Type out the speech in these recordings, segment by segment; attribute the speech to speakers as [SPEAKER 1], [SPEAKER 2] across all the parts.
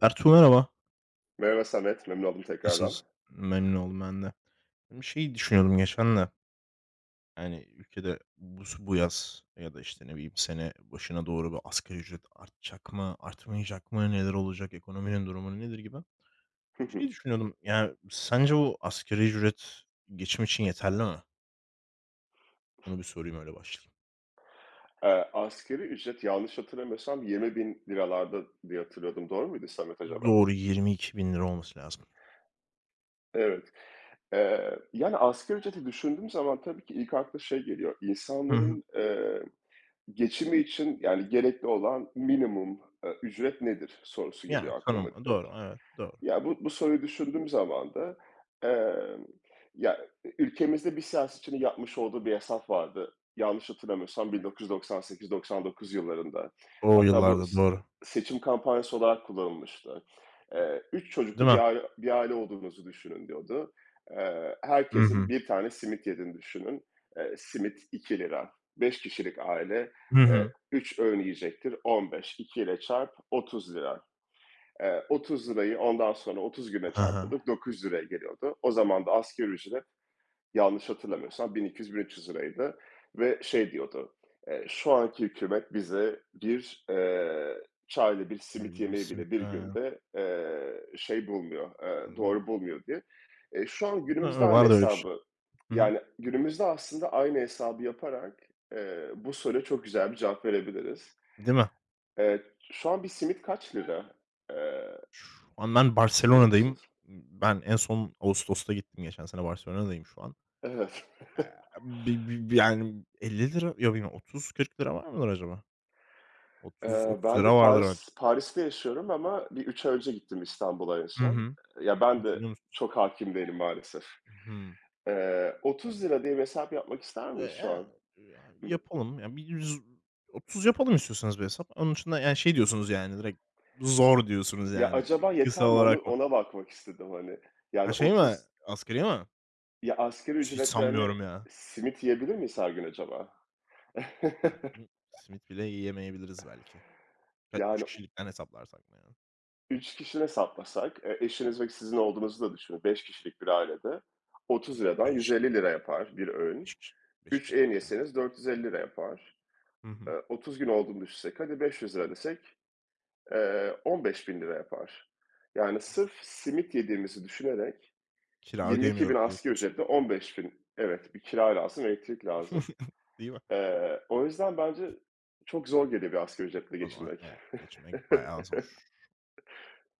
[SPEAKER 1] Ertuğ merhaba.
[SPEAKER 2] Merhaba Samet, memnun oldum
[SPEAKER 1] Nasılsın?
[SPEAKER 2] tekrardan.
[SPEAKER 1] Memnun oldum ben de. Bir şey düşünüyordum geçen de. Yani ülkede bu yaz ya da işte ne bileyim sene başına doğru bir asgari ücret artacak mı, artmayacak mı, neler olacak, ekonominin durumu nedir gibi. Şey düşünüyordum. Yani sence bu asgari ücret geçim için yeterli mi? Onu bir sorayım öyle başlayayım.
[SPEAKER 2] Asgari ücret yanlış hatırlamıyorsam 20 bin liralarda diye hatırlıyordum. Doğru muydu Samet acaba?
[SPEAKER 1] Doğru 22 bin lira olması lazım.
[SPEAKER 2] Evet. Yani asgari ücreti düşündüğüm zaman tabii ki ilk akla şey geliyor.
[SPEAKER 1] Hı hı.
[SPEAKER 2] İnsanların, geçimi için yani gerekli olan minimum, ücret nedir sorusu
[SPEAKER 1] Yani
[SPEAKER 2] geliyor aklıma
[SPEAKER 1] tanım
[SPEAKER 2] direkt.
[SPEAKER 1] doğru, evet, doğru.
[SPEAKER 2] Ya, bu soruyu düşündüğüm zaman da, emm, ya, ülkemizde bir siyasetçinin yapmış olduğu bir hesap vardı. Yanlış hatırlamıyorsam 1998-99 yıllarında.
[SPEAKER 1] O
[SPEAKER 2] Hatta bu
[SPEAKER 1] yıllarda doğru.
[SPEAKER 2] seçim kampanyası olarak kullanılmıştı. 3 çocuklu
[SPEAKER 1] Değil mi?
[SPEAKER 2] bir aile olduğunuzu düşünün diyordu.
[SPEAKER 1] Hı
[SPEAKER 2] Herkesin
[SPEAKER 1] hı.
[SPEAKER 2] bir tane simit yediğini düşünün. Simit 2 lira. 5 kişilik aile,
[SPEAKER 1] Hı
[SPEAKER 2] eee,
[SPEAKER 1] hı.
[SPEAKER 2] 3 öğün yiyecektir. 15, 2 ile çarp 30 lira. 30 lirayı ondan sonra 30 güne
[SPEAKER 1] Hı hı.
[SPEAKER 2] çarpıyorduk, 900 liraya geliyordu. O zaman da asgari ücret yanlış hatırlamıyorsam 1200-1300 liraydı ve şey diyordu, şu anki hükümet bize bir çayla bir simit
[SPEAKER 1] Bir
[SPEAKER 2] yemeği
[SPEAKER 1] simit.
[SPEAKER 2] bile bir günde
[SPEAKER 1] Imm,
[SPEAKER 2] doğru bulmuyor diye. Şu an günümüzde
[SPEAKER 1] ııı,
[SPEAKER 2] aynı
[SPEAKER 1] vardı öyle bir şey.
[SPEAKER 2] hesabı,
[SPEAKER 1] Hı hı.
[SPEAKER 2] yani günümüzde aslında aynı hesabı yaparak bu soruya çok güzel bir cevap verebiliriz.
[SPEAKER 1] Değil mi?
[SPEAKER 2] Eee, Şu an bir simit kaç lira? Eee
[SPEAKER 1] Şu an ben
[SPEAKER 2] Hatırlıyor
[SPEAKER 1] Barcelona'dayım.
[SPEAKER 2] musunuz?
[SPEAKER 1] Ben en son Ağustos'ta gittim geçen sene. Barcelona'dayım şu an.
[SPEAKER 2] Evet.
[SPEAKER 1] Bi yani ₺50, ya bilmiyorum, ₺30-₺40 var mıdır acaba? 30
[SPEAKER 2] Ben de
[SPEAKER 1] lira vardır
[SPEAKER 2] Paris
[SPEAKER 1] bence.
[SPEAKER 2] Paris'te yaşıyorum ama bir 3 ay önce gittim İstanbul'a en
[SPEAKER 1] Hı
[SPEAKER 2] son.
[SPEAKER 1] hı.
[SPEAKER 2] Ya, ben de
[SPEAKER 1] Hatırlıyor musun?
[SPEAKER 2] çok hakim değilim maalesef.
[SPEAKER 1] Hımm.
[SPEAKER 2] Lira diye bir hesap yapmak ister miyiz
[SPEAKER 1] Eee,
[SPEAKER 2] şu
[SPEAKER 1] ya,
[SPEAKER 2] an?
[SPEAKER 1] ya, yapalım. Ya, bir yüz %30 yapalım istiyorsanız bir hesap. Onun dışında, yani, şey diyorsunuz, yani, direkt zor diyorsunuz,
[SPEAKER 2] Ya,
[SPEAKER 1] yani.
[SPEAKER 2] acaba
[SPEAKER 1] Kısa
[SPEAKER 2] yeter mi?
[SPEAKER 1] olarak mı?
[SPEAKER 2] Ona bakmak istedim, hani.
[SPEAKER 1] Ha,
[SPEAKER 2] Yani
[SPEAKER 1] şey mi?
[SPEAKER 2] 30,
[SPEAKER 1] Asgari mi?
[SPEAKER 2] ya, asgari
[SPEAKER 1] Hiç
[SPEAKER 2] ücretlerini
[SPEAKER 1] sanmıyorum ya.
[SPEAKER 2] simit yiyebilir miyiz her gün acaba?
[SPEAKER 1] Her gün simit bile yiyemeyebiliriz belki. Ya, 3
[SPEAKER 2] Yani
[SPEAKER 1] kişilikten hesaplarsak mı, yani?
[SPEAKER 2] 3 kişiden hesaplasak, eşiniz ve sizin olduğunuzu da düşünün, 5 kişilik bir ailede
[SPEAKER 1] Ha, 5,
[SPEAKER 2] ₺30'dan lira yapar bir
[SPEAKER 1] 5
[SPEAKER 2] öğün.
[SPEAKER 1] kişi, 5
[SPEAKER 2] 3
[SPEAKER 1] kişi de
[SPEAKER 2] en
[SPEAKER 1] imkânsız.
[SPEAKER 2] yeseniz 450 lira yapar.
[SPEAKER 1] Hı hı.
[SPEAKER 2] 30 gün olduğunu düşünsek hadi 500 lira desek 15 bin lira yapar. Yani sırf simit yediğimizi düşünerek
[SPEAKER 1] Kira
[SPEAKER 2] 22 bin
[SPEAKER 1] ödeyemiyorum
[SPEAKER 2] asgari
[SPEAKER 1] diyorsunuz.
[SPEAKER 2] ücretle 15 bin, evet, bir kira lazım, elektrik lazım.
[SPEAKER 1] Değil mi?
[SPEAKER 2] O yüzden bence çok zor geliyor bir asgari ücretle
[SPEAKER 1] O zaman,
[SPEAKER 2] geçinmek.
[SPEAKER 1] geçinmek bayağı zor.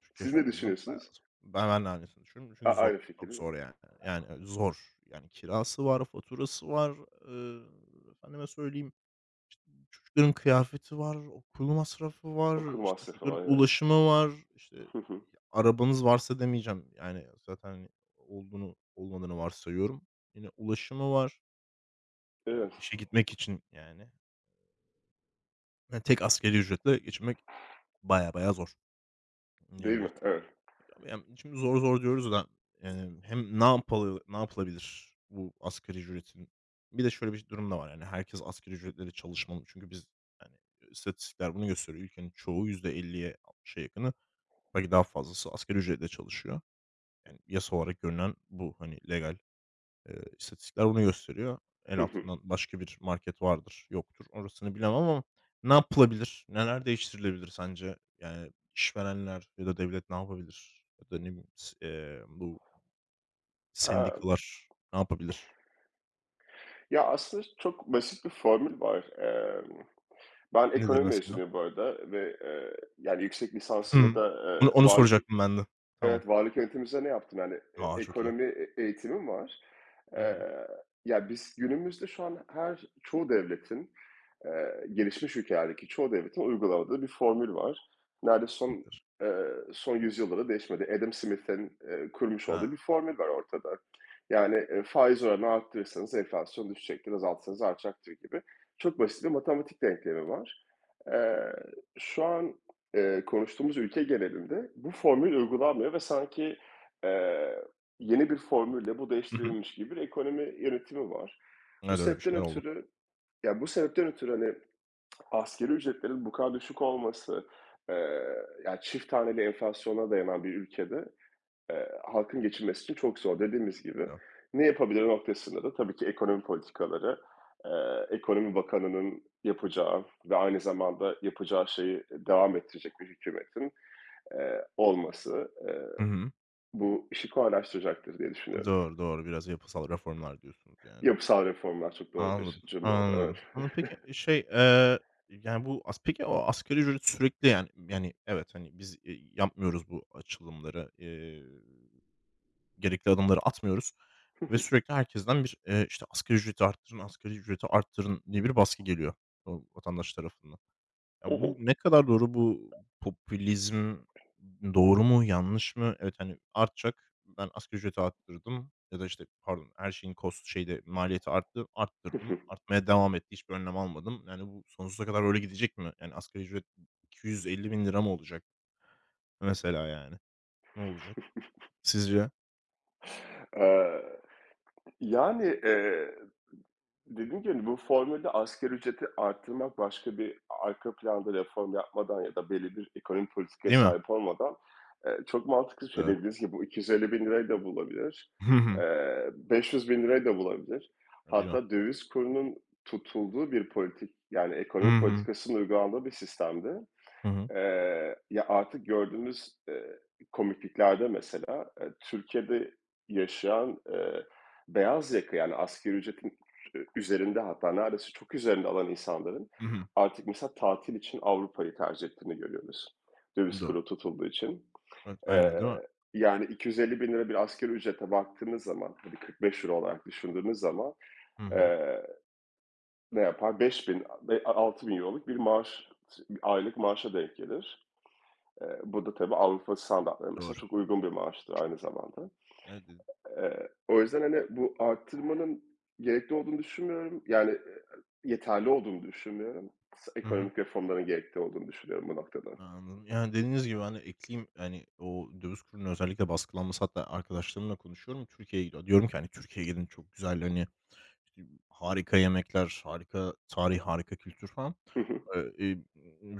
[SPEAKER 1] Türkiye
[SPEAKER 2] Siz ne
[SPEAKER 1] şartlarında bayağı
[SPEAKER 2] düşünüyorsunuz?
[SPEAKER 1] zor. Ben de aynısını düşünüyorum çünkü zor,
[SPEAKER 2] Aynı fikir
[SPEAKER 1] çok
[SPEAKER 2] değil mi?
[SPEAKER 1] zor yani. Yani, zor. Yani kirası var, faturası var, efendime söyleyeyim, çocukların kıyafeti var, okul masrafı
[SPEAKER 2] Okul
[SPEAKER 1] var, işte,
[SPEAKER 2] masrafı
[SPEAKER 1] çocukların
[SPEAKER 2] var, evet.
[SPEAKER 1] ulaşımı var, işte. Arabanız varsa demeyeceğim. Yani, zaten, hani, olduğunu olmadığını varsayıyorum. Yine ulaşımı var,
[SPEAKER 2] Evet.
[SPEAKER 1] işe gitmek için yani. Ya, tek asgari ücretle geçinmek baya baya zor
[SPEAKER 2] Değil mi?
[SPEAKER 1] diyebiliriz.
[SPEAKER 2] Evet.
[SPEAKER 1] Ya, şimdi zor zor diyoruz da, yani hem ne yapılabilir bu asgari ücretin? Bir de şöyle bir durum da var, yani, herkes asgari ücretle çalışmalı. Çünkü biz, yani, istatistikler bunu gösteriyor. Ülkenin çoğu %50'ye, 60'a yakını, belki daha fazlası asgari ücretle çalışıyor. Yani, yasa olarak görünen bu, hani, legal. İstatistikler bunu gösteriyor. El
[SPEAKER 2] Hı hı.
[SPEAKER 1] altından başka bir market vardır, yoktur. Orasını bilemem ama ne yapılabilir? Neler değiştirilebilir sence? Yani işverenler ya da devlet ne yapabilir? Ya da ne bileyim, s bu
[SPEAKER 2] Aaa,
[SPEAKER 1] sendikalar ne yapabilir?
[SPEAKER 2] Ya, aslında çok basit bir formül var. Ben
[SPEAKER 1] Nedir
[SPEAKER 2] ekonomi
[SPEAKER 1] mesela?
[SPEAKER 2] mezunuyum bu arada ve, yani, yüksek lisansımı
[SPEAKER 1] Hımm.
[SPEAKER 2] da,
[SPEAKER 1] Onu
[SPEAKER 2] eee,
[SPEAKER 1] onu
[SPEAKER 2] varlık
[SPEAKER 1] soracaktım ben de. Tamam.
[SPEAKER 2] evet, varlık yönetimi üzerine yaptım. Yani,
[SPEAKER 1] Aa, çok iyi.
[SPEAKER 2] ekonomi eğitimim var.
[SPEAKER 1] Hı hı.
[SPEAKER 2] Eee, Ya, biz günümüzde şu an gelişmiş ülkelerdeki çoğu devletin uygulamadığı bir formül var. Neredeyse
[SPEAKER 1] Nedir?
[SPEAKER 2] eee, son yüzyılda değişmedi. Adam Smith'in, kurmuş olduğu bir
[SPEAKER 1] Ha.
[SPEAKER 2] formül var ortada. Yani, faiz oranını arttırırsanız enflasyon düşecektir, azaltırsanız artacaktır gibi çok basit bir matematik denklemi var. Eee, Şu an, konuştuğumuz ülke genelinde bu formül uygulanmıyor ve sanki, eee, yeni bir formülle bu
[SPEAKER 1] Hı hı.
[SPEAKER 2] değiştirilmiş gibi bir ekonomi yönetimi var. Bu
[SPEAKER 1] Evet, öyle bir
[SPEAKER 2] sebepten
[SPEAKER 1] şeyler oldu.
[SPEAKER 2] ötürü, Bu sebepten ötürü, hani, asgari ücretlerin bu kadar düşük olması, eee, ya, çift haneli enflasyona dayanan bir ülkede, halkın geçinmesi için çok zor. Dediğimiz gibi
[SPEAKER 1] Evet.
[SPEAKER 2] ne yapabilir noktasında da tabii ki ekonomi politikaları, Ekonomi Bakanı'nın yapacağı ve aynı zamanda yapacağı şeyi devam ettirecek bir hükümetin, olması,
[SPEAKER 1] Hı hı.
[SPEAKER 2] bu işi kolaylaştıracaktır diye düşünüyorum.
[SPEAKER 1] Doğru, doğru. Biraz yapısal reformlar diyorsunuz yani.
[SPEAKER 2] Yapısal reformlar çok doğru bir
[SPEAKER 1] Anladım,
[SPEAKER 2] cümle oldu,
[SPEAKER 1] anladım.
[SPEAKER 2] evet.
[SPEAKER 1] Ama peki şey, yani, bu as peki o asgari ücret sürekli, yani, evet, hani, biz, yapmıyoruz bu açılımları, gerekli adımları atmıyoruz ve sürekli herkesten bir, işte, "Asgari ücreti arttırın, asgari ücreti arttırın." diye bir baskı geliyor o vatandaş tarafından.
[SPEAKER 2] Hı
[SPEAKER 1] Ya, bu ne kadar doğru? Bu popülizm doğru mu, yanlış mı? Evet, hani, artacak. Ben asgari ücreti arttırdım ya da, işte, pardon, her şeyin cost şeyde maliyeti arttı, arttırdım. Artmaya devam etti. Hiçbir önlem almadım. Yani, bu sonsuza kadar öyle gidecek mi? Yani, asgari ücret 250.000 lira mı olacak mesela, yani? Ne olacak sizce?
[SPEAKER 2] yani, dediğim gibi bu formülde asgari ücreti arttırmak başka bir arka planda reform yapmadan ya da belli bir ekonomik politikaya
[SPEAKER 1] Değil mi?
[SPEAKER 2] sahip olmadan çok mantıklı bir şey.
[SPEAKER 1] Doğru.
[SPEAKER 2] Dediğiniz gibi bu 250 bin lirayı da bulabilir.
[SPEAKER 1] Hı hı.
[SPEAKER 2] 500 bin lirayı da bulabilir.
[SPEAKER 1] Ya, değil mi?
[SPEAKER 2] Hatta döviz kurunun tutulduğu bir yani
[SPEAKER 1] Hı
[SPEAKER 2] ekonomi
[SPEAKER 1] hı.
[SPEAKER 2] politikasının uygulandığı bir sistemde.
[SPEAKER 1] Hı hı.
[SPEAKER 2] Ya, artık gördüğümüz, komikliklerde mesela, Türkiye'de yaşayan, beyaz yaka, yani, asgari ücretin üzerinde hatta neredeyse çok üzerinde alan insanların
[SPEAKER 1] Hı hı.
[SPEAKER 2] artık mesela tatil için Avrupa'yı tercih ettiğini görüyoruz. Döviz
[SPEAKER 1] Doğru.
[SPEAKER 2] kuru tutulduğu için.
[SPEAKER 1] Evet, aynen, değil mi?
[SPEAKER 2] Eee, Yani, 250 bin lira bir asgari ücrete baktığınız zaman, hadi ₺45 olarak düşündüğünüz zaman,
[SPEAKER 1] Hı hı.
[SPEAKER 2] eee, ne yapar? Beş bin, ve bin €6.000'luk bir maaş, bir aylık maaşa denk gelir. Bu da tabii Avrupa standartlarına mesela
[SPEAKER 1] Doğru.
[SPEAKER 2] çok uygun bir maaştır aynı
[SPEAKER 1] Çok iyi.
[SPEAKER 2] zamanda.
[SPEAKER 1] Evet.
[SPEAKER 2] O yüzden, hani, bu artırmanın gerekli olduğunu düşünmüyorum. Yani, yeterli olduğunu düşünmüyorum.
[SPEAKER 1] Hı hı.
[SPEAKER 2] Ekonomik reformların gerekli olduğunu düşünüyorum bu noktada.
[SPEAKER 1] Anladım. Yani, dediğiniz gibi ben de ekleyeyim, hani, o döviz kurunun özellikle baskılanması, hatta arkadaşlarımla konuşuyorum. Türkiye'ye gidiyor. Diyorum ki, hani, "Türkiye'ye gidin çok güzel, hani, işte, harika yemekler, harika tarih, harika kültür." falan. Eee, eee,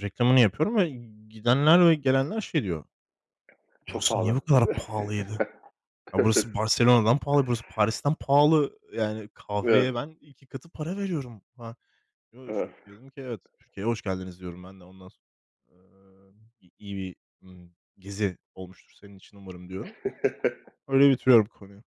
[SPEAKER 1] reklamını yapıyorum ve gidenler ve gelenler şey diyor,
[SPEAKER 2] Çok
[SPEAKER 1] "Burası niye
[SPEAKER 2] pahalı.
[SPEAKER 1] bu kadar pahalıydı? Ya,
[SPEAKER 2] Evet,
[SPEAKER 1] burası Barcelona'dan pahalı, burası Paris'ten pahalı. Yani,
[SPEAKER 2] evet,
[SPEAKER 1] kahveye ben 2 katı para veriyorum." falan. Yo, yo,
[SPEAKER 2] evet.
[SPEAKER 1] şok diyordum ki, evet, Türkiye'ye hoş geldiniz diyorum ben de ondan sonra, i iyi bir, gezi olmuştur senin için umarım diyorum. Öyle bitiriyorum konuyu.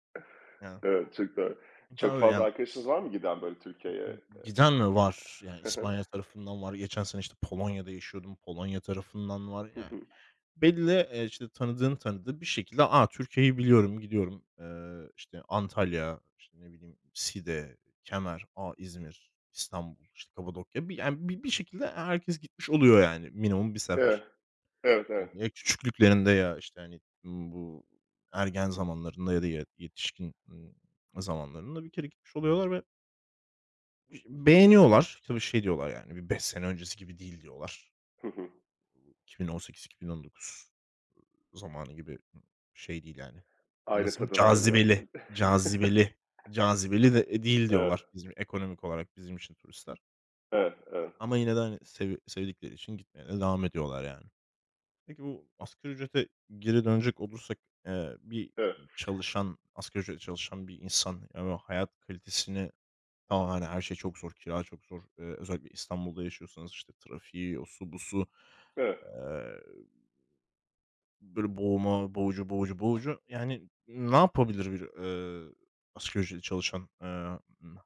[SPEAKER 1] Yani,
[SPEAKER 2] Evet, çok doğru.
[SPEAKER 1] imkân
[SPEAKER 2] Çok
[SPEAKER 1] böyle
[SPEAKER 2] fazla
[SPEAKER 1] yani.
[SPEAKER 2] arkadaşınız var mı giden böyle Türkiye'ye?
[SPEAKER 1] Giden mi var? Yani İspanya tarafından var. Geçen sene işte Polonya'da yaşıyordum. Polonya tarafından var. Yani belli, işte, tanıdığın tanıdığı bir şekilde, "A, Türkiye'yi biliyorum, gidiyorum." İşte, Antalya, işte, ne bileyim, Side, Kemer, İzmir, İstanbul, işte, Kapadokya. Bir, yani, bir şekilde herkes gitmiş oluyor, yani, minimum bir
[SPEAKER 2] Evet,
[SPEAKER 1] sefer.
[SPEAKER 2] evet,
[SPEAKER 1] Yani,
[SPEAKER 2] evet.
[SPEAKER 1] ya küçüklüklerinde, ya, işte, hani, bu ergen zamanlarında ya da yetişkin, zamanlarında bir kere gitmiş oluyorlar ve beğeniyorlar. Tabii şey diyorlar, yani, "Bir 5 sene öncesi gibi değil." diyorlar.
[SPEAKER 2] Hı
[SPEAKER 1] 2018-2019 zamanı gibi şey değil yani. Nasıl, evet,
[SPEAKER 2] Tadı vermiyor.
[SPEAKER 1] cazibeli, cazibeli, cazibeli de değil
[SPEAKER 2] Evet,
[SPEAKER 1] diyorlar bizim ekonomik olarak bizim için turistler.
[SPEAKER 2] evet, evet,
[SPEAKER 1] Ama yine de, hani, sevdikleri için gitmeye de devam ediyorlar yani. Peki bu asgari ücrete geri dönecek olursak, bir
[SPEAKER 2] evet,
[SPEAKER 1] çalışan, asgari ücretle çalışan bir insan, yani, hayat kalitesini, tamam, hani, her şey çok zor, kira çok zor. Özellikle İstanbul'da yaşıyorsanız, işte, trafiği, o su, bu su.
[SPEAKER 2] evet.
[SPEAKER 1] Eee Böyle boğma, boğucu, boğucu, boğucu. Yani ne yapabilir bir, asgari ücretli çalışan,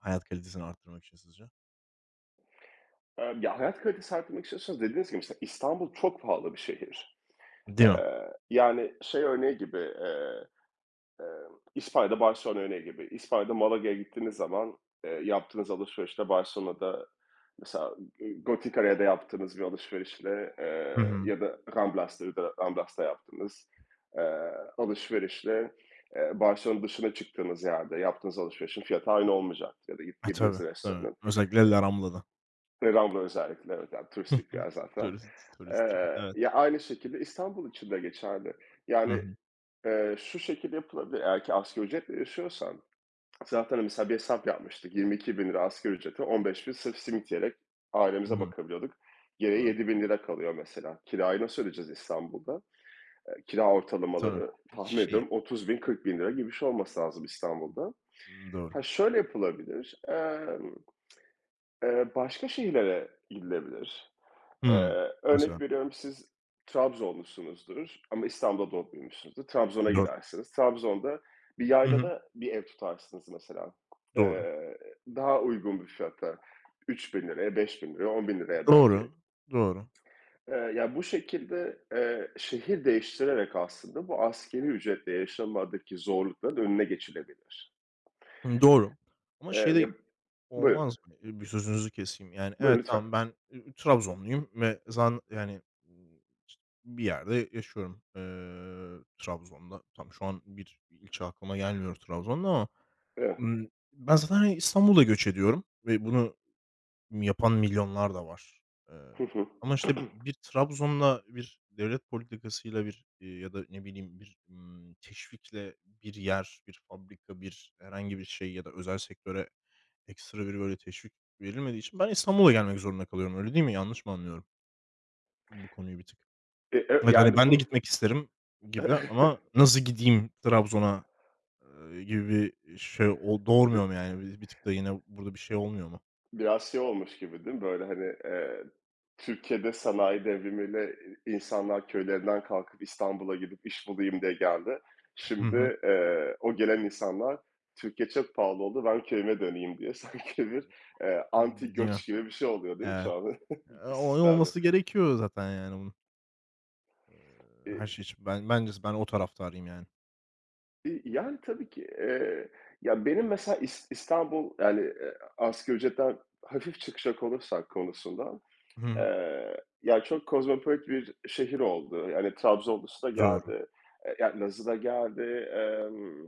[SPEAKER 1] hayat kalitesini arttırmak için sizce?
[SPEAKER 2] Ya, hayat kalitesi arttırmak istiyorsanız dediğiniz gibi mesela İstanbul çok pahalı bir şehir.
[SPEAKER 1] Değil mi?
[SPEAKER 2] Yani şey örneği gibi, İspanya'da Barcelona örneği gibi. İspanya'da Malaga'ya gittiğiniz zaman, yaptığınız alışverişle Barcelona'da mesela, Goticara'da yaptığınız bir alışverişle,
[SPEAKER 1] Hı
[SPEAKER 2] eee,
[SPEAKER 1] hı.
[SPEAKER 2] ya da Ramblas'ta yaptığınız, eee, alışverişle, Barcelona dışına çıktığınız yerde yaptığınız alışverişin fiyatı aynı olmayacaktır ya da git
[SPEAKER 1] E,
[SPEAKER 2] yediğiniz
[SPEAKER 1] tabii, tabii.
[SPEAKER 2] restoranın.
[SPEAKER 1] Özellikle La Rambla'da.
[SPEAKER 2] Ve Rambla özellikle, evet, yani
[SPEAKER 1] Hı
[SPEAKER 2] turistik bir
[SPEAKER 1] hı.
[SPEAKER 2] yer zaten.
[SPEAKER 1] Tourist trap. Evet.
[SPEAKER 2] Ya, aynı şekilde İstanbul için de geçerli.
[SPEAKER 1] Hı
[SPEAKER 2] Yani,
[SPEAKER 1] hı.
[SPEAKER 2] eee, şu şekilde yapılabilir, eğer ki asgari ücretle yaşıyorsan zaten hani mesela bir hesap yapmıştık. ₺22.000 asgari ücrete, bin sırf simit yiyerek
[SPEAKER 1] Hı
[SPEAKER 2] ailemize
[SPEAKER 1] hı.
[SPEAKER 2] bakabiliyorduk. Geriye
[SPEAKER 1] Doğru.
[SPEAKER 2] 7 bin lira kalıyor mesela. Kirayı nasıl ödeyeceğiz İstanbul'da? Kira
[SPEAKER 1] Tabii.
[SPEAKER 2] ortalamaları
[SPEAKER 1] Bir
[SPEAKER 2] tahmin
[SPEAKER 1] şey.
[SPEAKER 2] ediyorum 30 bin 40 bin lira gibi bir şey olması lazım İstanbul'da.
[SPEAKER 1] Doğru.
[SPEAKER 2] Ha, şöyle yapılabilir, başka şehirlere gidilebilir.
[SPEAKER 1] Hımm. Mesela.
[SPEAKER 2] Örnek veriyorum, siz Trabzonlusunuzdur ama İstanbul'da doğup büyümüşsünüzdür. Trabzon'a
[SPEAKER 1] Doğru.
[SPEAKER 2] gidersiniz. Trabzon'da bir
[SPEAKER 1] Hı hı.
[SPEAKER 2] yaylada bir ev tutarsınız mesela.
[SPEAKER 1] Doğru.
[SPEAKER 2] Eee, Daha uygun bir fiyata. Üç bin liraya 5 bin liraya, 10 bin liraya belki.
[SPEAKER 1] Doğru. Doğru.
[SPEAKER 2] Ya bu şekilde, şehir değiştirerek aslında bu askeri ücretle yaşamadaki zorlukların önüne geçilebilir.
[SPEAKER 1] Hı, doğru. Ama
[SPEAKER 2] Eee,
[SPEAKER 1] şey de
[SPEAKER 2] ya Buyurun,
[SPEAKER 1] olmaz mı? Bir sözünüzü keseyim, yani,
[SPEAKER 2] buyurun
[SPEAKER 1] evet,
[SPEAKER 2] lütfen.
[SPEAKER 1] tamam, ben, Trabzonluyum ve yani, ııı, işte, bir yerde yaşıyorum, Trabzon'da. Tam şu an bir ilçe aklıma gelmiyor Trabzon'da ama,
[SPEAKER 2] Evet.
[SPEAKER 1] ımm, ben zaten, hani, İstanbul'a göç ediyorum ve bunu yapan milyonlar da var. Eee, ama işte bir Trabzon'la, bir devlet politikasıyla, bir, ya da ne bileyim bir, teşvikle bir yer, bir fabrika, bir herhangi bir şey ya da özel sektöre ekstra bir böyle teşvik verilmediği için ben İstanbul'a gelmek zorunda kalıyorum. Öyle değil mi? Yanlış mı anlıyorum bu konuyu bir tık? Evet, hani,
[SPEAKER 2] Yani
[SPEAKER 1] ben de
[SPEAKER 2] bu
[SPEAKER 1] gitmek isterim gibi ama nasıl gideyim Trabzon'a, gibi bir şey o doğurmuyor mu yani? Bir tık da yine burada bir şey olmuyor mu?
[SPEAKER 2] biraz şey olmuş gibi değil mi? Böyle, hani, Türkiye'de sanayi devrimiyle insanlar köylerinden kalkıp İstanbul'a gidip iş bulayım diye geldi.
[SPEAKER 1] Hı hı.
[SPEAKER 2] Şimdi, o gelen insanlar Türkiye çok pahalı oldu, ben köyüme döneyim diye sanki bir, anti
[SPEAKER 1] Değil mi?
[SPEAKER 2] göç gibi bir şey oluyor değil mi şu
[SPEAKER 1] Evet.
[SPEAKER 2] an
[SPEAKER 1] Eee,
[SPEAKER 2] bu
[SPEAKER 1] o
[SPEAKER 2] sistemde?
[SPEAKER 1] olması gerekiyor zaten yani bunun. Her
[SPEAKER 2] İii,
[SPEAKER 1] şey için ben bence ben o taraftarıyım yani.
[SPEAKER 2] i Yani, tabii ki, ya, benim mesela İstanbul, yani, asgari ücretten hafif çıkacak olursak konusunda.
[SPEAKER 1] Hı hı.
[SPEAKER 2] Ya, çok kozmopolit bir şehir oldu. Yani Trabzonlusu da
[SPEAKER 1] Doğru.
[SPEAKER 2] geldi, ya, Lazı da geldi, emm,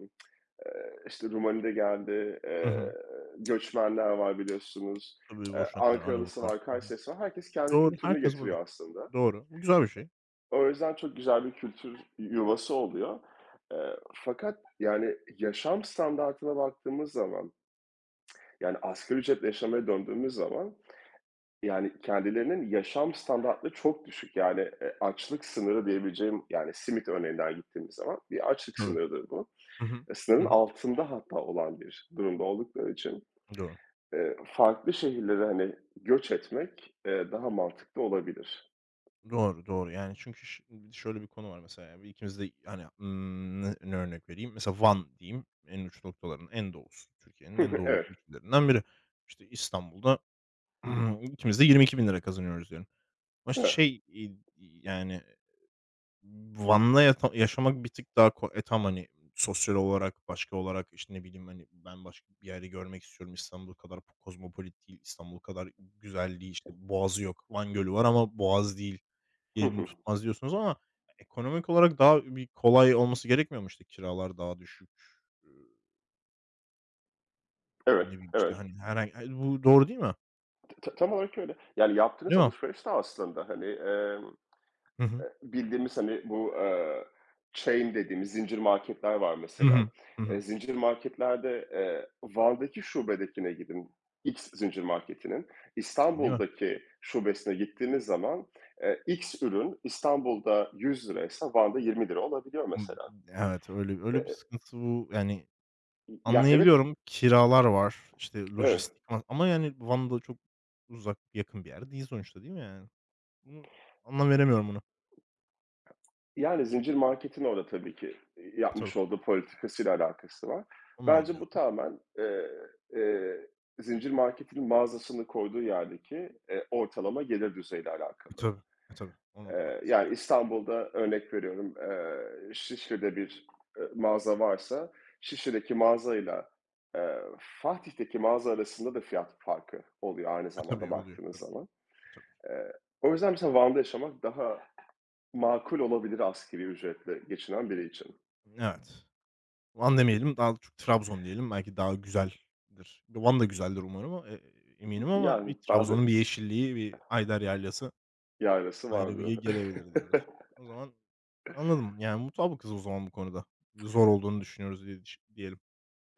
[SPEAKER 2] eee, işte, Rumani de geldi,
[SPEAKER 1] Hı
[SPEAKER 2] eee,
[SPEAKER 1] hı.
[SPEAKER 2] göçmenler var biliyorsunuz.
[SPEAKER 1] Tabii Boşnaklar,
[SPEAKER 2] Ankaralısı
[SPEAKER 1] Arnavutlar.
[SPEAKER 2] var,
[SPEAKER 1] Hı hı.
[SPEAKER 2] Kayserisi var. Herkes kendi
[SPEAKER 1] Doğru,
[SPEAKER 2] kültürünü
[SPEAKER 1] herkes burada.
[SPEAKER 2] getiriyor aslında.
[SPEAKER 1] Doğru. Bu güzel bir şey.
[SPEAKER 2] O yüzden çok güzel bir kültür yuvası oluyor. Fakat, yani, yaşam standartına baktığımız zaman, yani, asgari ücretle yaşamaya döndüğümüz zaman, yani, kendilerinin yaşam standartları çok düşük. Yani, açlık sınırı diyebileceğim, yani, simit örneğinden gittiğimiz zaman bir açlık
[SPEAKER 1] Tabii.
[SPEAKER 2] sınırıdır bu.
[SPEAKER 1] Hı hı. Hı
[SPEAKER 2] Sınırın
[SPEAKER 1] hı.
[SPEAKER 2] altında hatta olan bir durumda oldukları için,
[SPEAKER 1] Doğru.
[SPEAKER 2] eee, farklı şehirlere, hani, göç etmek, daha mantıklı olabilir.
[SPEAKER 1] Doğru, doğru. Yani çünkü şöyle bir konu var mesela, yani, ikimiz de, hani, ne örnek vereyim? Mesela Van diyeyim, en uç noktaların en doğusu, Türkiye'nin en doğu
[SPEAKER 2] Evet,
[SPEAKER 1] ülkelerinden biri. İşte İstanbul'da ikimiz de 22.000 lira kazanıyoruz diyelim. Ama işte
[SPEAKER 2] evet.
[SPEAKER 1] şey, yani Van'la yaşamak bir tık daha tamam, hani, sosyal olarak, başka olarak, işte, ne bileyim, hani, ben başka bir yeri görmek istiyorum. İstanbul kadar kozmopolit değil, İstanbul kadar güzelliği, işte, boğazı yok. Van Gölü var ama boğaz değil,
[SPEAKER 2] Hı
[SPEAKER 1] yerini
[SPEAKER 2] hı.
[SPEAKER 1] tutmaz diyorsunuz ama ekonomik olarak daha bir kolay olması gerekmiyor mu? İşte, kiralar daha düşük, eee,
[SPEAKER 2] Evet,
[SPEAKER 1] ne bileyim, işte,
[SPEAKER 2] evet.
[SPEAKER 1] hani, he, bu doğru değil mi?
[SPEAKER 2] Tam olarak öyle. Yani, yaptığınız
[SPEAKER 1] Değil mi?
[SPEAKER 2] alışveriş de aslında, hani,
[SPEAKER 1] Hı hı.
[SPEAKER 2] Bildiğimiz, hani, bu, chain dediğimiz zincir marketler var
[SPEAKER 1] Hı
[SPEAKER 2] mesela.
[SPEAKER 1] hı. Hı hı.
[SPEAKER 2] Zincir marketlerde, Van'daki şubedekine gidin, X zincir marketinin.
[SPEAKER 1] Değil mi?
[SPEAKER 2] İstanbul'daki şubesine gittiğiniz zaman, X ürün İstanbul'da ₺100'ysa Van'da 20 lira olabiliyor
[SPEAKER 1] Hımm,
[SPEAKER 2] mesela.
[SPEAKER 1] evet, öyle öyle bir
[SPEAKER 2] Eee,
[SPEAKER 1] sıkıntı bu, yani.
[SPEAKER 2] Ya, evet,
[SPEAKER 1] Anlayabiliyorum. Kiralar var, işte,
[SPEAKER 2] evet.
[SPEAKER 1] lojistik ama, yani, Van'da çok uzak, yakın bir yer değil sonuçta, değil mi, yani? Bunu anlam veremiyorum buna.
[SPEAKER 2] Yani, zincir marketin orada tabii ki,
[SPEAKER 1] E,
[SPEAKER 2] yapmış
[SPEAKER 1] tabii.
[SPEAKER 2] olduğu politikasıyla alakası var.
[SPEAKER 1] Onu da
[SPEAKER 2] Bence bu
[SPEAKER 1] anlıyorum.
[SPEAKER 2] tamameneee, zincir marketin mağazasını koyduğu yerdeki, ortalama gelir düzeyiyle
[SPEAKER 1] E,
[SPEAKER 2] alakalı.
[SPEAKER 1] tabii. E, tabii. Ona da bakması
[SPEAKER 2] Yani,
[SPEAKER 1] gerek.
[SPEAKER 2] İstanbul'da örnek veriyorum, Şişli'de bir, mağaza varsa Şişli'deki mağazayla, Fatih'teki mağaza arasında da fiyat farkı oluyor aynı
[SPEAKER 1] E,
[SPEAKER 2] zamanda
[SPEAKER 1] tabii oluyor.
[SPEAKER 2] baktığınız
[SPEAKER 1] Tabii
[SPEAKER 2] zaman.
[SPEAKER 1] ki, tabii ki.
[SPEAKER 2] Eee, O yüzden mesela Van'da yaşamak daha makul olabilir asgari ücretle geçinen biri için.
[SPEAKER 1] Evet. Van demeyelim, daha çok Trabzon diyelim. Belki daha güzeldir. Van da güzeldir umarım ama, eminim ama bir
[SPEAKER 2] Yani, bende
[SPEAKER 1] Trabzon'un bir yeşilliği, bir Ayder Yaylası
[SPEAKER 2] yayrası
[SPEAKER 1] ayrı bir
[SPEAKER 2] vardı.
[SPEAKER 1] gelebilir diyoruz. O zaman anladım. Yani, mutabıkız o zaman bu konuda. Zor olduğunu düşünüyoruz diye diyelim.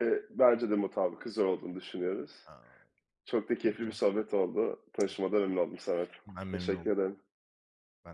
[SPEAKER 2] Bence de mutabık güzel olduğunu düşünüyoruz.
[SPEAKER 1] A!
[SPEAKER 2] Çok da
[SPEAKER 1] Tamam o
[SPEAKER 2] keyifli bir
[SPEAKER 1] zaman.
[SPEAKER 2] sohbet oldu. Tanışmadan memnun oldum Samet.
[SPEAKER 1] Ben memnun
[SPEAKER 2] Teşekkür
[SPEAKER 1] oldum.
[SPEAKER 2] ederim.
[SPEAKER 1] Ben